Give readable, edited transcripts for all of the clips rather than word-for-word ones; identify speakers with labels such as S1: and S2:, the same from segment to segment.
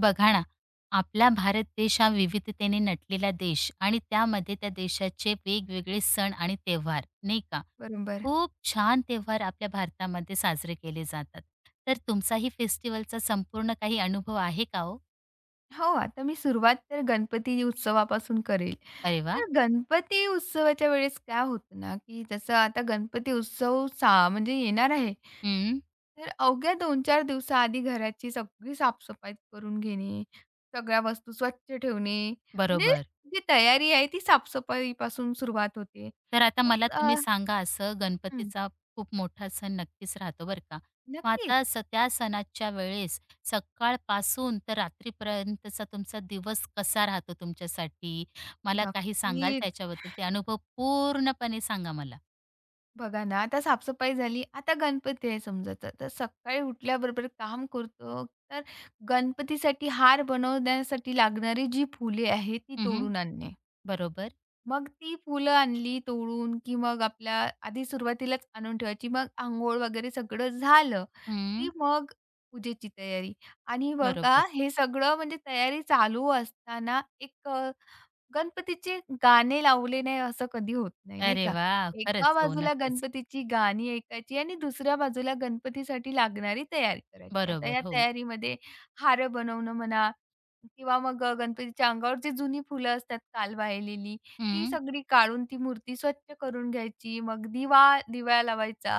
S1: बघा ना, आपला भारत देश हा विविधतेने नटलेला देश आणि त्यामध्ये त्या देशाचे वेगवेगळे सण आणि त्योहार, नाही का?
S2: बरोबर.
S1: खूप छान त्योहार आपल्या भारतामध्ये साजरे केले जातात. तर तुमचाही फेस्टिवलचा संपूर्ण काही अनुभव आहे का हो?
S2: हो, आता मी सुरुवात तर गणपती उत्सवापासून करेल.
S1: अरे वाह!
S2: तर गणपती उत्सवाच्या वेळेस काय होतं ना, की जसं आता गणपती उत्सव सा म्हणजे येणार आहे.
S1: हं,
S2: तर अवघ्या 2-4 दिवसाआधी घराची सगळी साफ-सफाई करून घेणे, सगळ्या वस्तू स्वच्छ ठेवणे, म्हणजे
S1: बरोबर.
S2: जी तयारी आहे ती साफ-सफाईपासून सुरुवात होते.
S1: तर आता
S2: मग
S1: मला तुम्ही
S2: अ,
S1: सांगा असं
S2: हं,
S1: गणपतीचा खूप मोठा सण नक्कीच राहतो बरं का. मग
S2: नक्कीच,
S1: आता त्या सणाच्या वेळेस सकाळपासून तर रात्रीपर्यंतचा तुमचा दिवस कसा राहतो तुमच्यासाठी? मला काही सांगाल
S2: नक्कीच.
S1: त्याच्याबद्दल? ते अनुभव पूर्णपणे सांगा मला.
S2: बघा ना, आता साफसफाई झाली, आता गणपती आहे समजा तर. तर सकाळी उठल्याबरोबर काम करतो, तर गणपतीसाठी हार बनवण्यासाठी लागणारी जी फुले आहेत, ती
S1: हं,
S2: तोडून आणणे.
S1: बरोबर.
S2: मग ती फुलं आणली तोडून, की मग आपल्या आधी सुरुवातीलाच आणून ठेवायची. मग अंघोळ वगैरे सगळं झालं,
S1: हं.
S2: की मग पूजेची तयारी आणि बघा
S1: बरोबर.
S2: हे सगळं म्हणजे तयारी चालू असताना एक गणपतीचे गाणे लावले नाही असं कधी होत नाही, नाही
S1: अरे
S2: का?
S1: वाह!
S2: एका
S1: खरंच. हो,
S2: बाजूला
S1: नक्कीच.
S2: गणपतीची गाणी ऐकायची आणि दुसऱ्या बाजूला गणपतीसाठी लागणारी तयारी करायची. आता
S1: बरोबर.
S2: या
S1: हो.
S2: तयारीमध्ये हार बनवणं म्हणा किंवा मग गणपतीच्या अंगावर जी जुनी फुलं असतात काल वाहिलेली, ती
S1: हं.
S2: सगळी काढून ती मूर्ती स्वच्छ करून घ्यायची. मग दिवा दिवा लावायचा,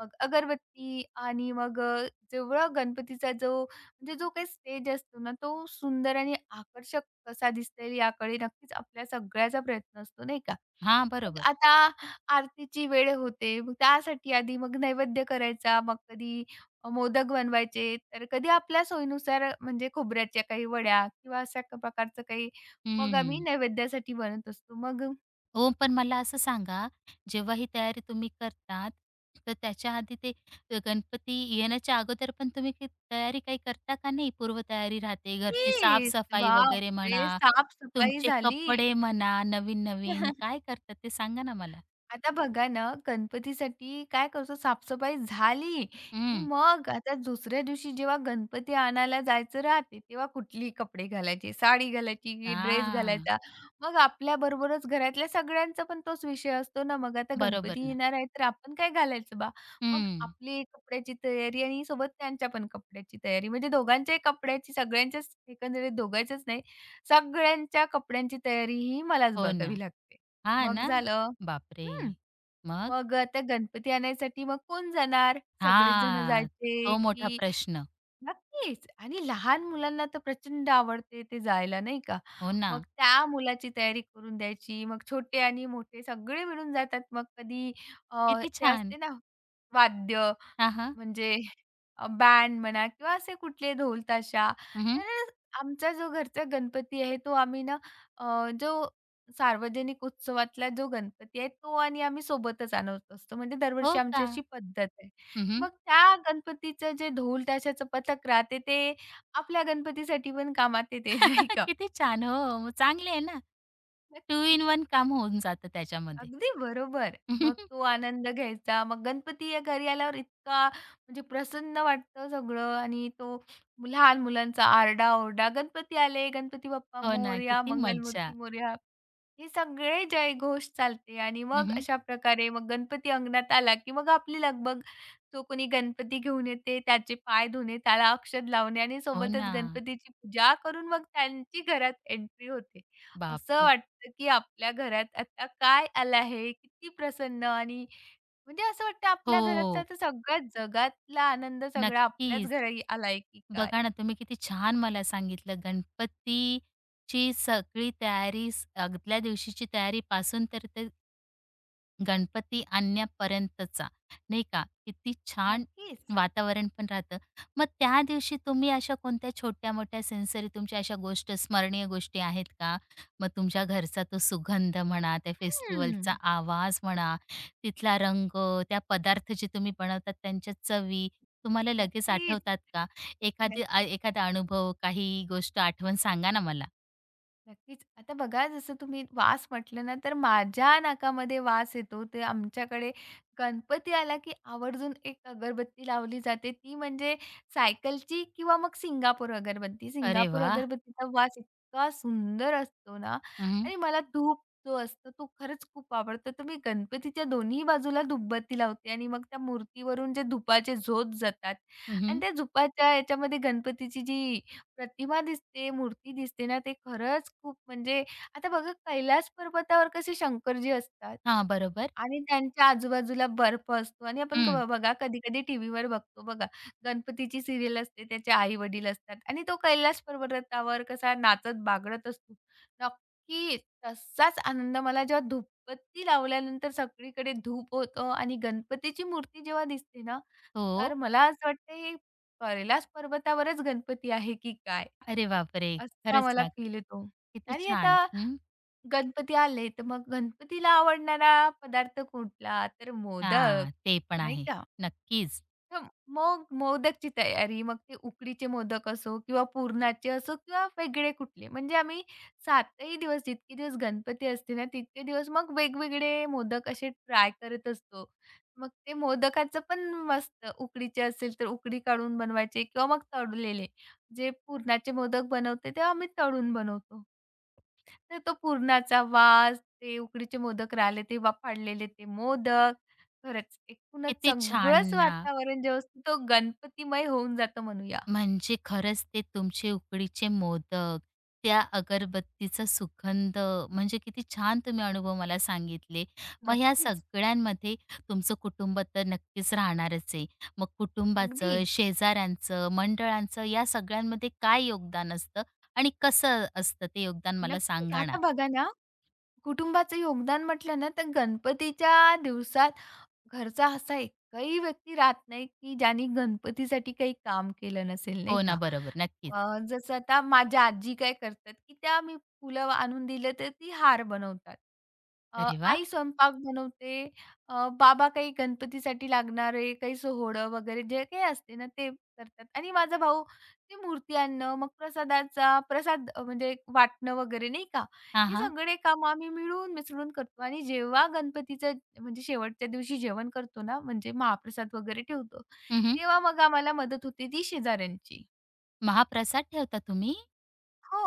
S2: मग अगरबत्ती आणि मग जेवढा गणपतीचा जो काही स्टेज असतो ना, तो सुंदर आणि आकर्षक कसा दिसेल याकडे नक्कीच आपल्या सगळ्याचा प्रयत्न असतो नाही का?
S1: हां,
S2: मग
S1: बरोबर.
S2: आता आरतीची वेळ होते. मग त्यासाठी आधी मग नैवेद्य करायचा, मग कधी मोदक बनवायचे, तर कधी आपल्या सोयीनुसार म्हणजे खोबऱ्याच्या काही वड्या किंवा अशा प्रकारचं काही मग आम्ही
S1: हं.
S2: नैवेद्यासाठी बनवत असतो. मग
S1: हो, पण मला असं सांगा, जेव्हा ही तयारी तुम्ही करतात, तर त्याच्या आधी ते गणपती येण्याच्या अगोदर पण तुम्ही ती तयारी काही करता का नाही? पूर्वतयारी राहते, घरची
S2: तेच
S1: साफ-सफाई वगैरे
S2: बापरे!
S1: म्हणा,
S2: साफ-सफाई
S1: तुमचे
S2: झाली.
S1: कपडे म्हणा, नवीन-नवीन काय करतात ते सांगा ना मला?
S2: आता बघा ना, गणपतीसाठी काय करतो साफसफाई झाली, की
S1: हं.
S2: मग आता दुसऱ्या दिवशी जेव्हा गणपती आणायला जायचं राहते, तेव्हा कुठली कपडे घालायचे, साडी घालायची की ड्रेस
S1: हां,
S2: घालायचा. मग आपल्याबरोबरच घरातल्या सगळ्यांचा पण तोच विषय असतो ना, मग आता
S1: बरोबर
S2: गणपती
S1: ना.
S2: येणार आहे, तर आपण काय घालायचं बा? मग
S1: हं.
S2: आपली कपड्याची तयारी आणि सोबत त्यांच्या पण कपड्याची तयारी, म्हणजे दोघांच्याही कपड्याची सगळ्यांच्याच एकंदरीत दोघांच्याच नाही, सगळ्यांच्या कपड्यांची तयारी ही मलाच
S1: हो ना.
S2: बघावी लागते.
S1: हां
S2: मग
S1: ना.
S2: झालं
S1: बापरे!
S2: हं.
S1: मग?
S2: मग त्या गणपती आणायसाठी मग कोण जाणार? सगळेच जण
S1: हां,
S2: जायचे,
S1: तो मोठा
S2: की
S1: प्रश्न.
S2: नक्कीच आणि लहान मुलांना तर प्रचंड आवडते ते जायला, नाही का?
S1: हो ना.
S2: मग त्या मुलाची तयारी करून द्यायची. मग छोटे आणि मोठे सगळे मिळून जातात. अ,
S1: किती
S2: ते
S1: छान.
S2: असते ना वाद्य
S1: हां, हां.
S2: म्हणजे बँड म्हणा किंवा असे कुठले ढोल ताशा.
S1: हं, हं.
S2: तर आमचा जो घरचा गणपती आहे तो आम्ही ना जो सार्वजनिक उत्सवातला जो गणपती आहे तो आणि आम्ही सोबतच आणत असतो. म्हणजे
S1: हो
S2: दरवर्षी आमची
S1: का?
S2: अशी पद्धत आहे.
S1: हं, हं.
S2: मग त्या गणपतीचं जे ढोल ताशाचं पथक राहते ते आपल्या गणपतीसाठी पण कामात येते नाही का?
S1: किती छान. हो, मग चांगले आहे ना. टू इन
S2: नक्कीच.
S1: वन काम होऊन जातं त्याच्यामध्ये.
S2: अगदी बरोबर. मग तो आनंद घ्यायचा. मग गणपती या घरी आल्यावर इतका म्हणजे प्रसन्न वाटतं सगळं आणि तो लहान मुलांचा आरडा-ओरडा, गणपती आले, गणपती बाप्पा
S1: हो ना,
S2: मोरया,
S1: किती मज्जा.
S2: मंगलमूर्ती मोरया. हे सगळे जयघोष चालते आणि
S1: हं,
S2: मग
S1: हं.
S2: अशा प्रकारे मग गणपती अंगणात आला, की मग आपली लगबग जो कोणी गणपती घेऊन येते त्याचे पाय धुणे, त्याला अक्षत लावणे आणि
S1: हो ना.
S2: सोबतच गणपतीची पूजा करून मग त्यांची घरात एंट्री होते. असं
S1: बापरे!
S2: वाटतं, की आपल्या घरात आता काय आलं आहे? किती प्रसन्न आणि म्हणजे असं वाटतं आपल्या घरातला
S1: हो,
S2: तर आता सगळ्या जगातला आनंद सगळा आपल्याच
S1: नक्कीच.
S2: घरी आलाय की काय?
S1: बघा ना, तुम्ही किती छान मला सांगितलं गणपतीची सगळी तयारी आदल्या दिवशीची तयारीपासून तर ते गणपती आणण्यापर्यंतचा, नाही का? किती छान
S2: नक्कीच.
S1: वातावरण पण राहतं. मग त्या दिवशी तुम्ही अशा कोणत्या छोट्या-मोठ्या सेन्सरी तुमच्या अशा स्मरणीय गोष्टी आहेत का? मग तुमच्या घरचा तो सुगंध म्हणा, त्या
S2: हं.
S1: फेस्टिव्हलचा आवाज म्हणा, तिथला रंग, त्या पदार्थ जे तुम्ही बनवतात त्यांच्या चवी तुम्हाला लगेच
S2: नक्कीच,
S1: आठवतात का?
S2: नक्की.
S1: एखादा अनुभव, काही गोष्ट आठवण सांगा ना मला?
S2: नक्कीच. आता बघा जसं तुम्ही वास म्हटलं ना, तर माझ्या नाकामध्ये वास येतो. ते आमच्याकडे गणपती आला, की आवर्जून एक अगरबत्ती लावली जाते. ती म्हणजे सायकलची किंवा मग सिंगापूर अगरबत्ती.
S1: अरे
S2: सिंगापूर
S1: वाह!
S2: अगरबत्तीचा वास इतका सुंदर असतो ना
S1: हं, हं.
S2: आणि मला धूप जो असतो तो खरंच खूप आवडतो. तर मी गणपतीच्या दोन्ही बाजूला धूपबत्ती लावते आणि मग त्या मूर्तीवरून जे धुपाचे झोत जातात
S1: हं,
S2: आणि त्या धुपाच्या याच्यामध्ये गणपतीची जी प्रतिमा दिसते, मूर्ती दिसते ना, ते खरंच खूप म्हणजे आता बघा कैलास पर्वतावर कसे शंकरजी असतात
S1: बरोबर.
S2: आणि त्यांच्या आजूबाजूला बर्फ असतो आणि आपण
S1: हं.
S2: बघा कधी-कधी टीव्हीवर बघतो बघा, गणपतीची सीरियल असते, त्याचे आई-वडील असतात आणि तो कैलास पर्वतावर कसा नाचत बागडत असतो. नक्की तसाच आनंद मला जेव्हा धूपबत्ती लावल्यानंतर सगळीकडे धूप होतं आणि गणपतीची मूर्ती जेव्हा दिसते ना,
S1: हो.
S2: तर मला असं वाटतं हे कैलास पर्वतावरच गणपती आहे की काय?
S1: अरे बापरे!
S2: असा
S1: खरंच
S2: मला
S1: ना.
S2: फील येतो.
S1: किती
S2: आणि आता
S1: छान. हं.
S2: गणपती आले, तर मग गणपतीला आवडणारा पदार्थ कुठला? तर मोदक,
S1: हां, ते पण
S2: नाही
S1: आहे.
S2: का?
S1: नक्कीच.
S2: हं, मग मोदकची तयारी. मग ते उकडीचे मोदक असो किंवा पुरणाचे असो किंवा वेगळे कुठले. म्हणजे आम्ही 7ही दिवस जितके दिवस गणपती असते ना, तितके दिवस मग वेगवेगळे मोदक असे ट्राय करत असतो. मग ते मोदकाचं पण मस्त उकडीचे असेल तर उकडी काढून बनवायचे किंवा मग तळलेले. जे पुरणाचे मोदक बनवते तेव्हा आम्ही तळून बनवतो. तर तो पुरणाचा वास, ते उकडीचे मोदक राहिले ते वाफाळलेले ते मोदक खरंच. एकूणच
S1: किती छान
S2: सगळंच
S1: ना.
S2: वातावरण जे असतं तो गणपतीमय होऊन जातं म्हणूया.
S1: म्हणजे खरंच ते तुमचे उकडीचे मोदक, त्या अगरबत्तीचा सुगंध म्हणजे किती छान तुम्ही अनुभव मला सांगितले. मग ह्या
S2: नक्कीच.
S1: सगळ्यांमध्ये तुमचं कुटुंब तर नक्कीच राहणारच आहे. मग कुटुंबाचं,
S2: अगदी.
S1: शेजाऱ्यांचं, मंडळांचं या सगळ्यांमध्ये काय योगदान असतं आणि कसं असतं ते योगदान मला
S2: नक्की.
S1: सांगा ना?
S2: आता बघा ना, कुटुंबाचं योगदान म्हटलं ना, तर गणपतीच्या दिवसात घरचा असा एकही व्यक्ती राहत नाही, की ज्यानी गणपतीसाठी काही काम केलं नसेल, नाही
S1: हो ना,
S2: का?
S1: बरोबर. नक्कीच.
S2: जसं आता माझ्या आजी काय करतात, की त्या मी फुलं आणून दिले तर ती हार बनवतात.
S1: अरे वाह!
S2: आई स्वयंपाक बनवते, बाबा काही गणपतीसाठी लागणारे काही सोहळं वगैरे जे काही असते ना, ते करतात आणि माझा भाऊ ती मूर्ती आणणं, मग प्रसादाचा प्रसाद म्हणजे वाटणं वगैरे नाही का,
S1: हां,
S2: हे
S1: हां.
S2: सगळे कामं आम्ही मिळून मिसळून करतो आणि जेव्हा गणपतीचं म्हणजे शेवटच्या दिवशी जेवण करतो ना, म्हणजे महाप्रसाद वगैरे ठेवतो,
S1: हं, हं.
S2: तेव्हा मग आम्हाला मदत होते ती शेजाऱ्यांची.
S1: महाप्रसाद ठेवता तुम्ही?
S2: हो.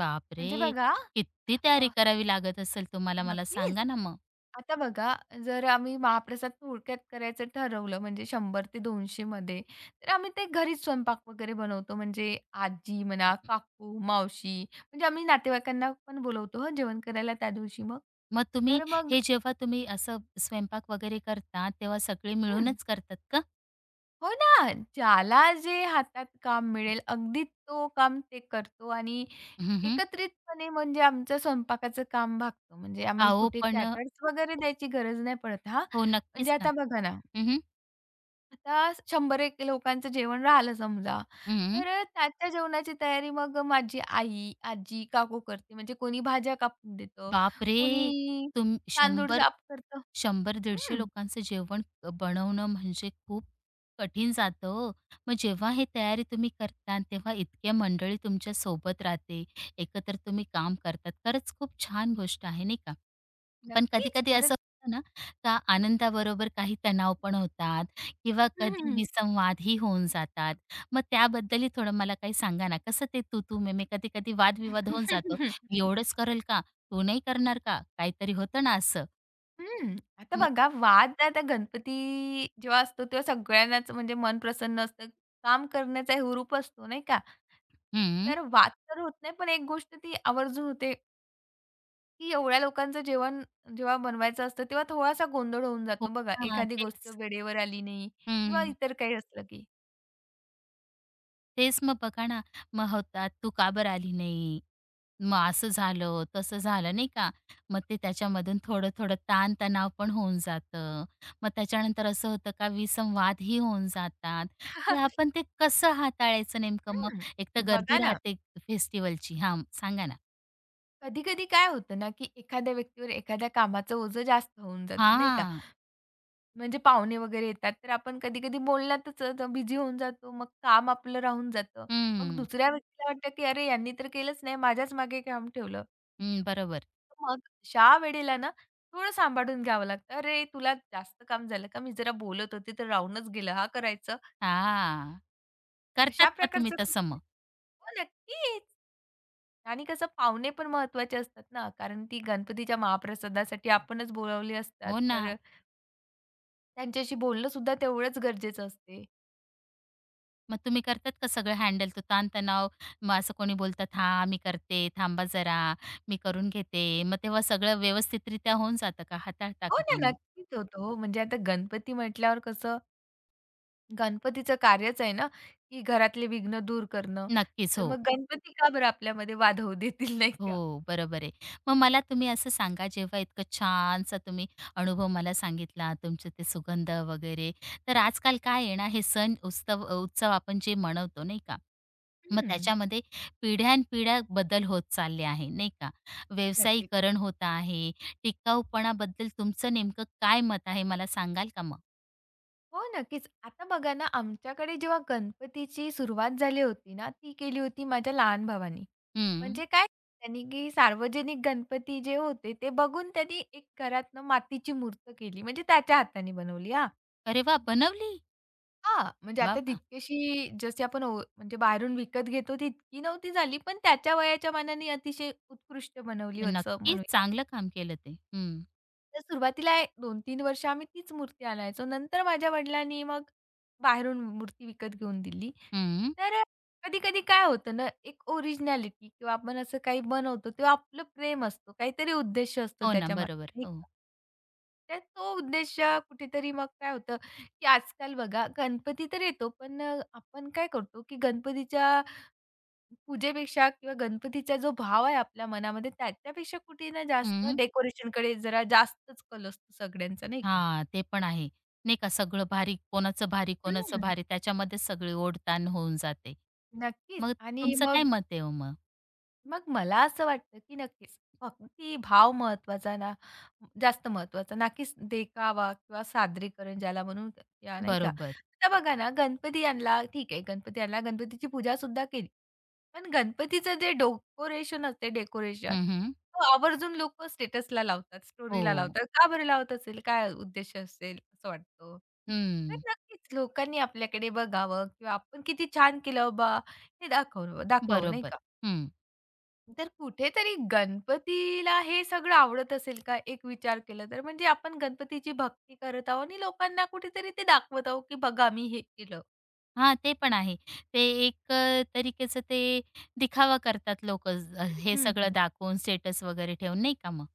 S1: बापरे!
S2: म्हणजे बघा
S1: किती
S2: अ,
S1: तयारी करावी लागत असेल तुम्हाला मला
S2: नक्कीच.
S1: सांगा ना मग?
S2: आता बघा जर आम्ही महाप्रसाद थोडक्यात करायचं ठरवलं म्हणजे 100 ते 200 मध्ये, तर आम्ही ते घरीच स्वयंपाक वगैरे बनवतो. म्हणजे आजी म्हणा, काकू, मावशी म्हणजे आम्ही नातेवाईकांना पण बोलवतो हं, जेवण करायला त्या दिवशी मग.
S1: मग तुम्ही
S2: तर मग
S1: हे जेव्हा तुम्ही असं स्वयंपाक वगैरे करता, तेव्हा सगळे
S2: हं.
S1: मिळूनच करतात का?
S2: हो ना. ज्याला जे हातात काम मिळेल अगदी तो काम ते करतो आणि
S1: हं, हं.
S2: एकत्रितपणे म्हणजे आमचं स्वयंपाकाचं काम भागतो. म्हणजे आम्ही
S1: अहो
S2: कुठे
S1: पण हो,
S2: कॅटर्स वगैरे द्यायची गरज नाही पडत हां.
S1: हो, नक्कीच
S2: म्हणजे
S1: ना.
S2: आता बघा ना,
S1: हं, हं.
S2: आता 100-1 लोकांचं जेवण राहिलं समजा,
S1: हं.
S2: तर त्याच्या जेवणाची तयारी मग माझी आई, आजी, काकू करते. म्हणजे कोणी भाज्या कापून देतं,
S1: बापरे!
S2: कोणी
S1: तुम
S2: तांदूळ
S1: 100
S2: साफ करतं.
S1: 100-150
S2: हं,
S1: लोकांचं जेवण बनवणं म्हणजे खूप कठीण जातं हो. मग जेव्हा हे तयारी तुम्ही करता आणि तेव्हा इतक्या मंडळी तुमच्या सोबत राहते, एकत्र तुम्ही काम करतात. खरंच खूप छान गोष्ट आहे नाही का? पण
S2: नक्कीच.
S1: कधी-कधी असं
S2: खरंच.
S1: होतं ना, का आनंदाबरोबर काही तणाव पण होतात किंवा कधी
S2: हं,
S1: विसंवादही होऊन जातात. मग त्याबद्दलही थोडं मला काही सांगा ना, कसं ते तू-तू, मी-मी कधी-कधी वादविवाद होऊन जातो. "मी एवढंच करेल का? तू नाही करणार का?" काहीतरी होतं ना असं.
S2: आता बघा वाद आता गणपती जेव्हा असतो तेव्हा सगळ्यांनाच म्हणजे मन प्रसन्न असतं. काम करण्याचा हुरूप असतो नाही का?
S1: हं.
S2: तर वाद तर होत नाही पण एक गोष्ट ती आवर्जून होते, की एवढ्या लोकांचं जेवण जेव्हा बनवायचं असतं तेव्हा थोडासा गोंधळ होऊन
S1: हो
S2: जातो बघा.
S1: ना,
S2: एखादी गोष्ट
S1: तेच.
S2: वेळेवर आली नाही किंवा
S1: हं.
S2: इतर काही असलं की.
S1: तेच मग बघा ना, मग होतात, "तू का बरं आली नाही?" मग असं झालं, तसं झालं नाही का? मग ते त्याच्यामधून थोडं-थोडं ताण-तणाव पण होऊन जातं. मग त्याच्यानंतर असं होतं का विसंवादही होऊन जातात. ते आपण ते कसं हाताळायचं नेमकं मग?
S2: हं.
S1: एक तर गर्दी
S2: बघा ना,
S1: राहते फेस्टिव्हलची. हां, सांगा ना?
S2: कधी-कधी काय होतं ना, की एखाद्या व्यक्तीवर एखाद्या कामाचं ओझं जास्त होऊन जातं नाही का?
S1: हां.
S2: म्हणजे पाहुणे वगैरे येतात, तर आपण कधी-कधी बोलण्यातच बिझी होऊन जातो. मग काम आपलं राहून जातं. मग
S1: हं.
S2: दुसऱ्या व्यक्तीला वाटतं, की "अरे, यांनी तर केलंच नाही, माझ्याच मागे काम ठेवलं."
S1: हं, बरोबर.
S2: मग अशा वेळेला ना थोडं सांभाळून घ्यावं लागतं. "अरे, तुला जास्त काम झालं का? मी जरा बोलत होते, तर राहूनच गेलं हां करायचं."
S1: हां. करतात
S2: अशा
S1: का तुम्ही
S2: प्रकारचं
S1: तसं
S2: कुठे-
S1: मग?
S2: हो, नक्कीच. आणि कसं पाहुणे पण महत्त्वाचे असतात ना, कारण ती गणपतीच्या महाप्रसादासाठी आपणच बोलावले असतात,
S1: हो ना.
S2: तर त्यांच्याशी बोलणं सुद्धा तेवढंच गरजेचं असते.
S1: मग तुम्ही करतात का सगळं हँडल तो ताणतणाव? मग असं कोणी बोलतं, "हां, मी करते, थांबा जरा, मी करून घेते." मग तेव्हा सगळं व्यवस्थितरित्या होऊन जातं का? हाताळता
S2: हो
S1: का
S2: ना,
S1: तुम्ही?
S2: नक्कीच होतो. हो, म्हणजे आता गणपती म्हटल्यावर कसं गणपतीचं कार्यच आहे ना, की घरातले विघ्न दूर करणं.
S1: नक्कीच,
S2: तर
S1: हो.
S2: मग गणपती का बरं आपल्यामध्ये वाद होऊ देतील नाही का?
S1: हो, बरोबर आहे. मग मला तुम्ही असं सांगा, जेव्हा इतकं छानसा तुम्ही अनुभव मला सांगितला, तुमचे ते सुगंध वगैरे, तर आजकाल काय आहे ना, हे सण उत्सव उत्सव आपण जे मनवतो, नाही का? मग
S2: हं.
S1: त्याच्यामध्ये पिढ्यानपिढ्या बदल होत चालले आहे, नाही का?
S2: नक्कीच.
S1: व्यावसायीकरण होत आहे. टिकाऊपणाबद्दल तुमचं नेमकं काय मत आहे, मला सांगाल का मग?
S2: हो, नक्कीच. आता बघा ना, आमच्याकडे जेव्हा गणपतीची सुरुवात झाली होती ना, ती केली होती माझ्या लहान भावानी.
S1: हं.
S2: म्हणजे काय त्यांनी की सार्वजनिक गणपती जे होते ते बघून त्यांनी एक घरातनं मातीची मूर्त केली. म्हणजे त्याच्या हाताने बनवली हां.
S1: अरे वाह! बनवली?
S2: हां, म्हणजे
S1: वाह,
S2: आता
S1: वाह!
S2: तितकीशी जशी आपण म्हणजे बाहेरून विकत घेतो तितकी नव्हती झाली, पण त्याच्या वयाच्या मानाने अतिशय उत्कृष्ट बनवली असं
S1: नक्कीच
S2: म्हणूया.
S1: चांगलं काम केलं ते. हं,
S2: तर सुरुवातीला 2 तीन वर्ष आम्ही तीच मूर्ती आणायचो. नंतर माझ्या वडिलांनी मग बाहेरून मूर्ती विकत घेऊन दिली.
S1: हं.
S2: तर अ, कधी-कधी काय होतं ना, एक ओरिजिनॅलिटी किंवा आपण असं काही बनवतो तेव्हा आपलं प्रेम असतो, काहीतरी उद्देश असतो
S1: हो ना,
S2: त्याच्यामागे,
S1: बरोबर.
S2: नाही
S1: हो.
S2: का? तर तो उद्देश कुठेतरी मग काय होतं, की आजकाल बघा गणपती तर येतो, पण आपण काय करतो, की गणपतीच्या पूजेपेक्षा किंवा गणपतीचा जो भाव आहे आपल्या मनामध्ये त्याच्यापेक्षा कुठे ना जास्त
S1: हं.
S2: डेकोरेशनकडे जरा जास्तच कल असतो सगळ्यांचा, नाही का?
S1: हां, ते पण आहे. नाही का सगळं भारी, कोणाचं भारी, कोणाचं
S2: हं.
S1: भारी त्याच्यामध्ये सगळी ओढताण होऊन जाते. मग
S2: नक्कीच आणि
S1: तुमचं काय
S2: मग
S1: मत आहे हो मग?
S2: मग मला असं वाटतं, की नक्कीच भक्ती भाव महत्त्वाचा ना, जास्त महत्त्वाचा ना, की देखावा किंवा सादरीकरण ज्याला म्हणू या नाही का?
S1: बरोबर.
S2: आता बघा ना, गणपती आणला ठीक आहे, गणपती आणला, गणपतीची पूजासुद्धा केली. पण गणपतीचं जे डेकोरेशन असते,
S1: हं,
S2: तो आवर्जून लोकं स्टेटसला लावतात, स्टोरीला
S1: हो.
S2: लावतात. का बरं लावत असेल? काय उद्देश असेल असं वाटतं? तर
S1: हं.
S2: नक्कीच लोकांनी आपल्याकडे बघावं किंवा आपण किती छान केलं बा हे दाखवावं नाही का?
S1: बरोबर. हं.
S2: तर कुठेतरी गणपतीला हे सगळं आवडत असेल का? एक विचार केला तर म्हणजे आपण गणपतीची भक्ती करत आहोत आणि लोकांना कुठेतरी ते दाखवत आहोत, की बघा मी हे केलं.
S1: हां, ते पण आहे. ते तरीकेचं ते दिखावा करतात लोक, हे सगळं दाखवून स्टेटस वगैरे ठेवून नाही का मग?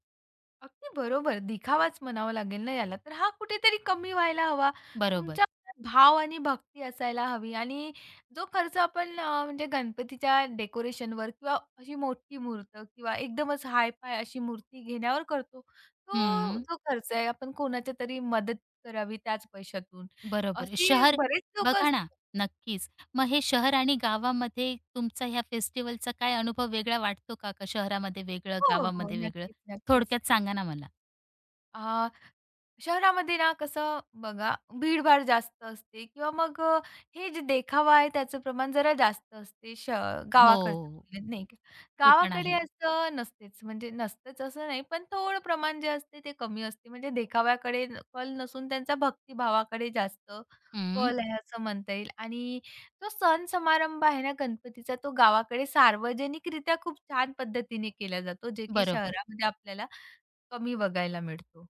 S2: अगदी बरोबर. दिखावाच म्हणावा लागेल ना याला. तर हा कुठेतरी कमी व्हायला हवा.
S1: बरोबर.
S2: तुमच्या मनात भाव आणि भक्ती असायला हवी आणि जो खर्च आपण म्हणजे गणपतीच्या डेकोरेशनवर किंवा अशी मोठी मूर्त किंवा एकदमच हाय-फाय अशी मूर्ती घेण्यावर करतो, तो
S1: हं.
S2: जो खर्च आहे आपण कोणाच्या तरी मदत करावी त्याच पैशातून.
S1: बरोबर आहे.
S2: असे
S1: शहर
S2: बरेच लोकं
S1: बघा
S2: असतात
S1: ना, नक्कीच. मग हे शहर आणि गावामध्ये तुमचा ह्या फेस्टिव्हलचा काय अनुभव वेगळा वाटतो का? का शहरामध्ये वेगळं,
S2: हो, हो.
S1: गावामध्ये वेगळं?
S2: नक्कीच, नक्कीच.
S1: थोडक्यात सांगा ना मला.
S2: अ शहरामध्ये ना कसं बघा भीडभाड जास्त असते किंवा मग हे जे देखावा आहे त्याचं प्रमाण जरा जास्त असते गावाकडच्या
S1: हो,
S2: तुलनेत नाही का?
S1: ते पण
S2: गावाकडे
S1: आहे.
S2: असं नसतेच म्हणजे नसतेच असं नाही पण थोडं प्रमाण जे असते ते कमी असते म्हणजे देखाव्याकडे कल नसून त्यांचा भक्तिभावाकडे जास्त
S1: हं,
S2: कल आहे असं म्हणता येईल आणि तो सण समारंभ आहे ना गणपतीचा तो गावाकडे सार्वजनिकरित्या खूप छान पद्धतीने केला जातो जे की
S1: बरोबर.
S2: शहरामध्ये आपल्याला कमी बघायला मिळतो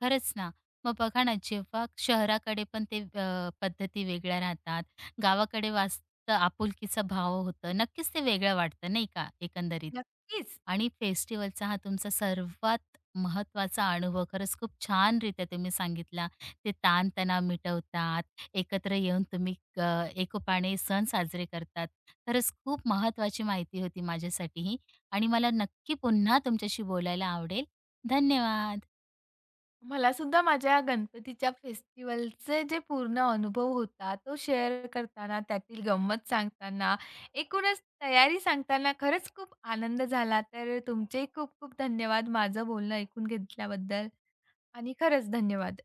S1: खरंच ना. मग बघा ना, जेव्हा शहराकडे पण ते पद्धती वेगळ्या राहतात, गावाकडे वास्त आपुलकीचा भाव होतं. नक्कीच ते वेगळं वाटतं, नाही का, एकंदरीत?
S2: नक्कीच
S1: आणि फेस्टिव्हलचा हा तुमचा सर्वात महत्त्वाचा अनुभव खरंच खूप छानरीत्या तुम्ही सांगितला. ते ताणतणाव मिटवतात, एकत्र येऊन तुम्ही एकोपाने सण साजरे करतात. खरंच खूप महत्वाची माहिती होती माझ्यासाठी ही आणि मला नक्की पुन्हा तुमच्याशी बोलायला आवडेल. धन्यवाद.
S2: मला मलासुद्धा माझ्या गणपतीच्या फेस्टिव्हलचे जे पूर्ण अनुभव होता, तो शेअर करताना, त्यातील गंमत सांगताना, एकूणच तयारी सांगताना खरंच खूप आनंद झाला. तर तुमचेही खूप खूप धन्यवाद माझं बोलणं ऐकून घेतल्याबद्दल आणि खरंच धन्यवाद.